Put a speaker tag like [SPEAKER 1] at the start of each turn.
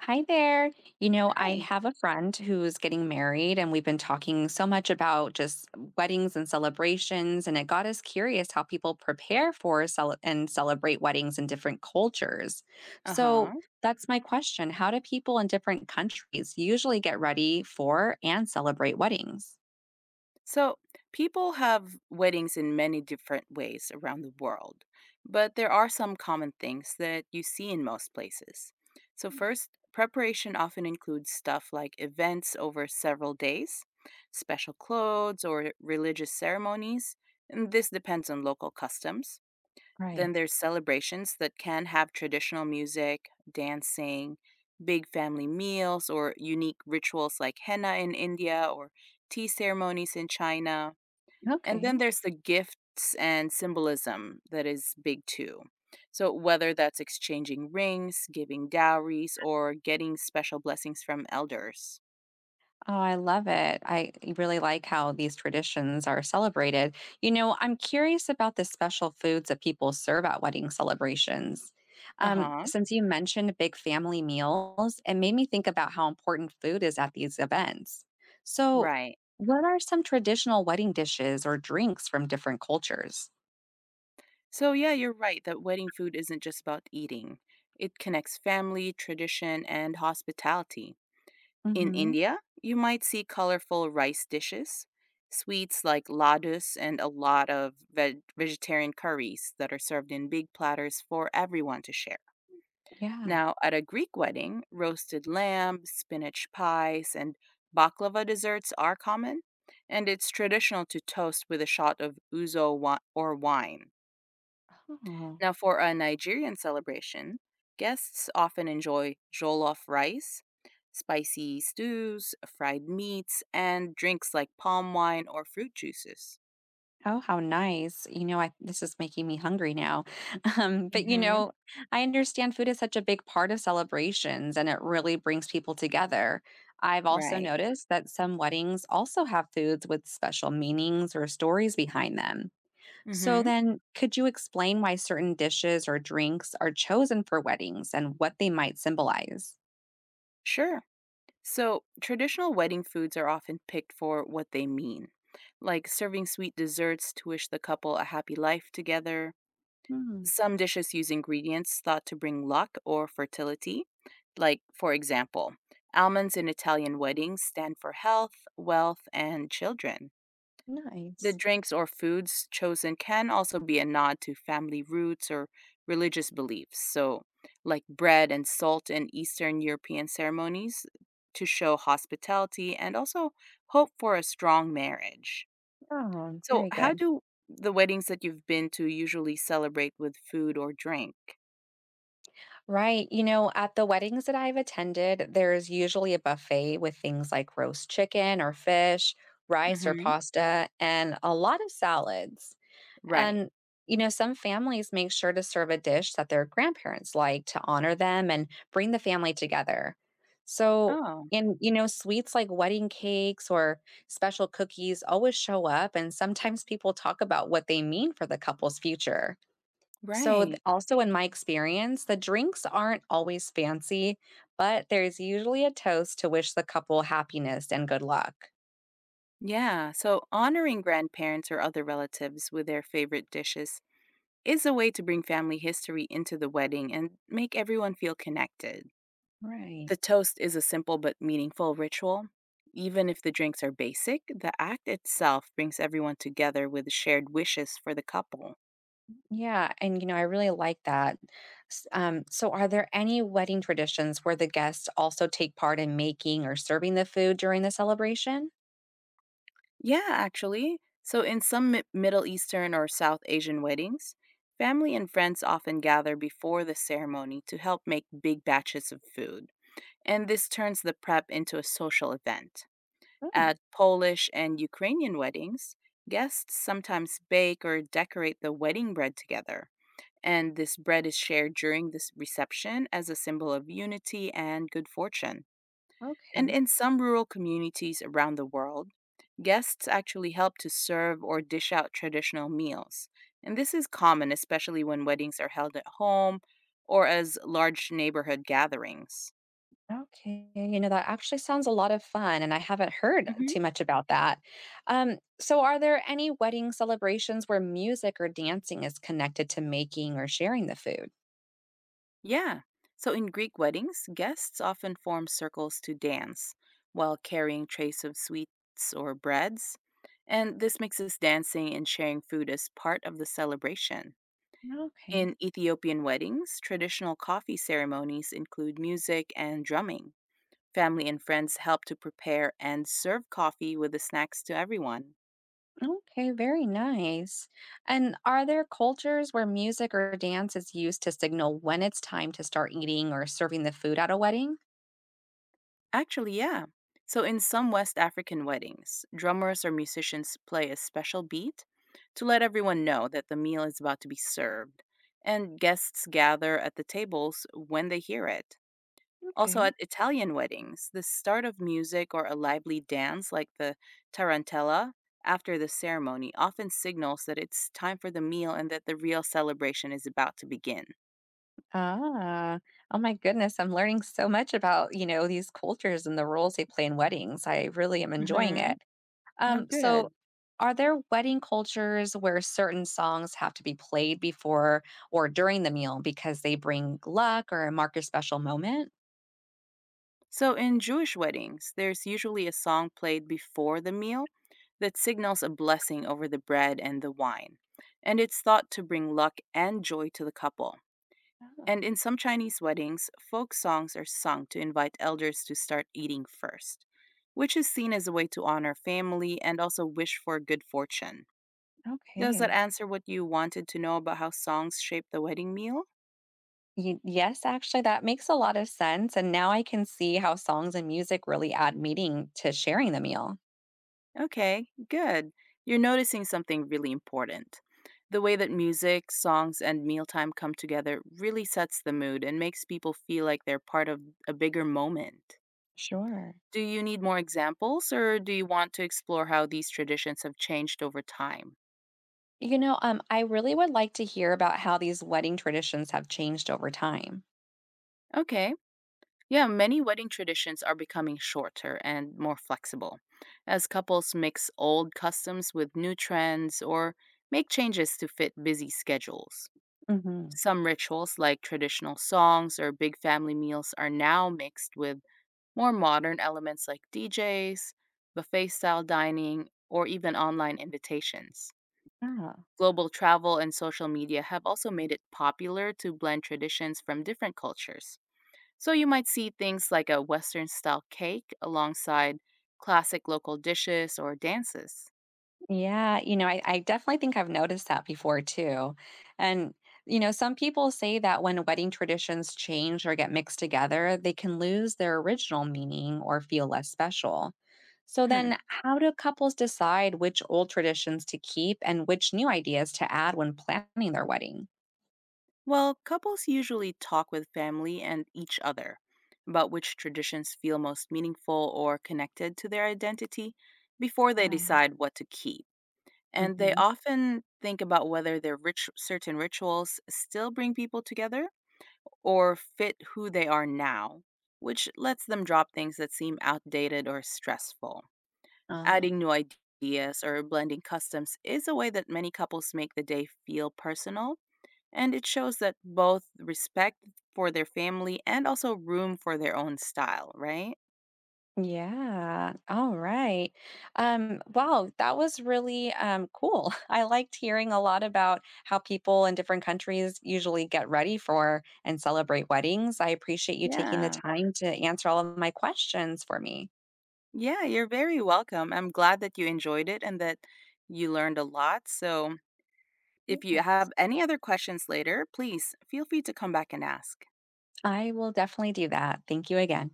[SPEAKER 1] Hi there. You know, I
[SPEAKER 2] Hi.
[SPEAKER 1] have a friend who's getting married, and we've been talking so much about just weddings and celebrations, and it got us curious how people prepare for and celebrate weddings in different cultures.
[SPEAKER 2] Uh-huh.
[SPEAKER 1] So that's my question. How do people in different countries usually get ready for and celebrate weddings?
[SPEAKER 2] So people have weddings in many different ways around the world, but there are some common things that you see in most places. So
[SPEAKER 1] Mm.
[SPEAKER 2] first, preparation often includes stuff like events over several days, special clothes, or religious ceremonies, and this depends on local customs.
[SPEAKER 1] Right.
[SPEAKER 2] Then there's celebrations that can have traditional music, dancing, big family meals, or unique rituals like henna in India or tea ceremonies in China. And
[SPEAKER 1] Okay.
[SPEAKER 2] then there's the gifts and symbolism that is big too. So, whether that's exchanging rings, giving dowries, or getting special blessings from elders.
[SPEAKER 1] Oh, I love it. I really like how these traditions are celebrated. You know, I'm curious about the special foods that people serve at wedding celebrations.
[SPEAKER 2] Uh huh.
[SPEAKER 1] Since you mentioned big family meals, it made me think about how important food is at these events. So,
[SPEAKER 2] Right.
[SPEAKER 1] what are some traditional wedding dishes or drinks from different cultures?
[SPEAKER 2] So, yeah, you're right that wedding food isn't just about eating, it connects family, tradition, and hospitality. In
[SPEAKER 1] Hmm.
[SPEAKER 2] India, you might see colorful rice dishes, sweets like ladus, and a lot of vegetarian curries that are served in big platters for everyone to share.
[SPEAKER 1] Yeah.
[SPEAKER 2] Now, at a Greek wedding, roasted lamb, spinach pies, and baklava desserts are common, and it's traditional to toast with a shot of ouzo or wine. Now, for a Nigerian celebration, guests often enjoy jollof rice, spicy stews, fried meats, and drinks like palm wine or fruit juices.
[SPEAKER 1] Oh, how nice. You know, I This is making me hungry now. Um, but you
[SPEAKER 2] Hmm.
[SPEAKER 1] know, I understand food is such a big part of celebrations and it really brings people together. I've also
[SPEAKER 2] Right.
[SPEAKER 1] noticed that some weddings also have foods with special meanings or stories behind them. So
[SPEAKER 2] Hmm.
[SPEAKER 1] then, could you explain why certain dishes or drinks are chosen for weddings and what they might symbolize?
[SPEAKER 2] Sure. So, traditional wedding foods are often picked for what they mean, like serving sweet desserts to wish the couple a happy life together.
[SPEAKER 1] Hmm,
[SPEAKER 2] Some dishes use ingredients thought to bring luck or fertility. Like, for example, almonds in Italian weddings stand for health, wealth, and children. The
[SPEAKER 1] nice.
[SPEAKER 2] drinks or foods chosen can also be a nod to family roots or religious beliefs. So, like bread and salt in Eastern European ceremonies to show hospitality and also hope for a strong marriage.
[SPEAKER 1] Oh,
[SPEAKER 2] So,
[SPEAKER 1] very
[SPEAKER 2] how
[SPEAKER 1] good.
[SPEAKER 2] do the weddings that you've been to usually celebrate with food or drink?
[SPEAKER 1] Right. You know, at the weddings that I've attended, there's usually a buffet with things like roast chicken or fish, rice or
[SPEAKER 2] Mhm.
[SPEAKER 1] pasta, and a lot of salads.
[SPEAKER 2] Right.
[SPEAKER 1] And, you know, some families make sure to serve a dish that their grandparents like to honor them and bring the family together. So,
[SPEAKER 2] Oh,
[SPEAKER 1] and, you know, sweets like wedding cakes or special cookies always show up, and sometimes people talk about what they mean for the couple's future. So,
[SPEAKER 2] right.
[SPEAKER 1] also in my experience, the drinks aren't always fancy, but there's usually a toast to wish the couple happiness and good luck.
[SPEAKER 2] Yeah. So honoring grandparents or other relatives with their favorite dishes is a way to bring family history into the wedding and make everyone feel connected.
[SPEAKER 1] Right.
[SPEAKER 2] The toast is a simple but meaningful ritual. Even if the drinks are basic, the act itself brings everyone together with shared wishes for the couple.
[SPEAKER 1] Yeah, and you know, I really like that. So, are there any wedding traditions where the guests also take part in making or serving the food during the celebration?
[SPEAKER 2] Yeah, actually. So, in some Middle Eastern or South Asian weddings, family and friends often gather before the ceremony to help make big batches of food. And this turns the prep into a social event.
[SPEAKER 1] Oh,
[SPEAKER 2] At Polish and Ukrainian weddings, guests sometimes bake or decorate the wedding bread together. And this bread is shared during this reception as a symbol of unity and good fortune. And
[SPEAKER 1] okay.
[SPEAKER 2] in some rural communities around the world, guests actually help to serve or dish out traditional meals. And this is common, especially when weddings are held at home or as large neighborhood gatherings.
[SPEAKER 1] Okay, you know, that actually sounds a lot of fun, and I haven't heard
[SPEAKER 2] Hmm.
[SPEAKER 1] too much about that. So, are there any wedding celebrations where music or dancing is connected to making or sharing the food?
[SPEAKER 2] Yeah. So in Greek weddings, guests often form circles to dance while carrying trays of sweets or breads. And this makes us dancing and sharing food as part of the celebration.
[SPEAKER 1] Okay,
[SPEAKER 2] In Ethiopian weddings, traditional coffee ceremonies include music and drumming. Family and friends help to prepare and serve coffee with the snacks to everyone.
[SPEAKER 1] okay, very nice. And are there cultures where music or dance is used to signal when it's time to start eating or serving the food at a wedding?
[SPEAKER 2] Actually, yeah. So, in some West African weddings, drummers or musicians play a special beat to let everyone know that the meal is about to be served, and guests gather at the tables when they hear it. Also,
[SPEAKER 1] Okay.
[SPEAKER 2] at Italian weddings, the start of music or a lively dance like the tarantella after the ceremony often signals that it's time for the meal and that the real celebration is about to begin.
[SPEAKER 1] Ah, oh my goodness, I'm learning so much about, you know, these cultures and the roles they play in weddings. I really am enjoying
[SPEAKER 2] Mm-hmm.
[SPEAKER 1] it.
[SPEAKER 2] Oh,
[SPEAKER 1] So,
[SPEAKER 2] good.
[SPEAKER 1] are there wedding cultures where certain songs have to be played before or during the meal because they bring luck or mark a special moment?
[SPEAKER 2] So, in Jewish weddings, there's usually a song played before the meal that signals a blessing over the bread and the wine, and it's thought to bring luck and joy to the couple.
[SPEAKER 1] Oh,
[SPEAKER 2] And in some Chinese weddings, folk songs are sung to invite elders to start eating first, which is seen as a way to honor family and also wish for good fortune. Does that
[SPEAKER 1] okay.
[SPEAKER 2] answer what you wanted to know about how songs shape the wedding meal?
[SPEAKER 1] Yes, actually, that makes a lot of sense. And now I can see how songs and music really add meaning to sharing the meal.
[SPEAKER 2] Okay, good. You're noticing something really important. The way that music, songs, and mealtime come together really sets the mood and makes people feel like they're part of a bigger moment.
[SPEAKER 1] Sure.
[SPEAKER 2] Do you need more examples or do you want to explore how these traditions have changed over time?
[SPEAKER 1] I really would like to hear about how these wedding traditions have changed over time.
[SPEAKER 2] Okay. Yeah, many wedding traditions are becoming shorter and more flexible as couples mix old customs with new trends or make changes to fit busy schedules.
[SPEAKER 1] Mm-hmm.
[SPEAKER 2] Some rituals, like traditional songs or big family meals, are now mixed with more modern elements like DJs, buffet style dining, or even online invitations. Global travel and social media have also made it popular to blend traditions from different cultures. So you might see things like a Western style cake alongside classic local dishes or dances.
[SPEAKER 1] Yeah, you know, I definitely think I've noticed that before too. And, you know, some people say that when wedding traditions change or get mixed together, they can lose their original meaning or feel less special. So
[SPEAKER 2] Hmm.
[SPEAKER 1] then, how do couples decide which old traditions to keep and which new ideas to add when planning their wedding?
[SPEAKER 2] Well, couples usually talk with family and each other about which traditions feel most meaningful or connected to their identity before they
[SPEAKER 1] Right.
[SPEAKER 2] decide what to keep. And they
[SPEAKER 1] Mm-hmm.
[SPEAKER 2] often think about whether their rich, certain rituals still bring people together or fit who they are now, which lets them drop things that seem outdated or stressful.
[SPEAKER 1] Ah.
[SPEAKER 2] Adding new ideas or blending customs is a way that many couples make the day feel personal, and it shows that both respect for their family and also room for their own style, right?
[SPEAKER 1] Yeah. All right. Wow, that was really cool. I liked hearing a lot about how people in different countries usually get ready for and celebrate weddings. I appreciate you taking the
[SPEAKER 2] Yeah.
[SPEAKER 1] time to answer all of my questions for me.
[SPEAKER 2] Yeah, you're very welcome. I'm glad that you enjoyed it and that you learned a lot. So,
[SPEAKER 1] Yeah.
[SPEAKER 2] if you have any other questions later, please feel free to come back and ask.
[SPEAKER 1] I will definitely do that. Thank you again.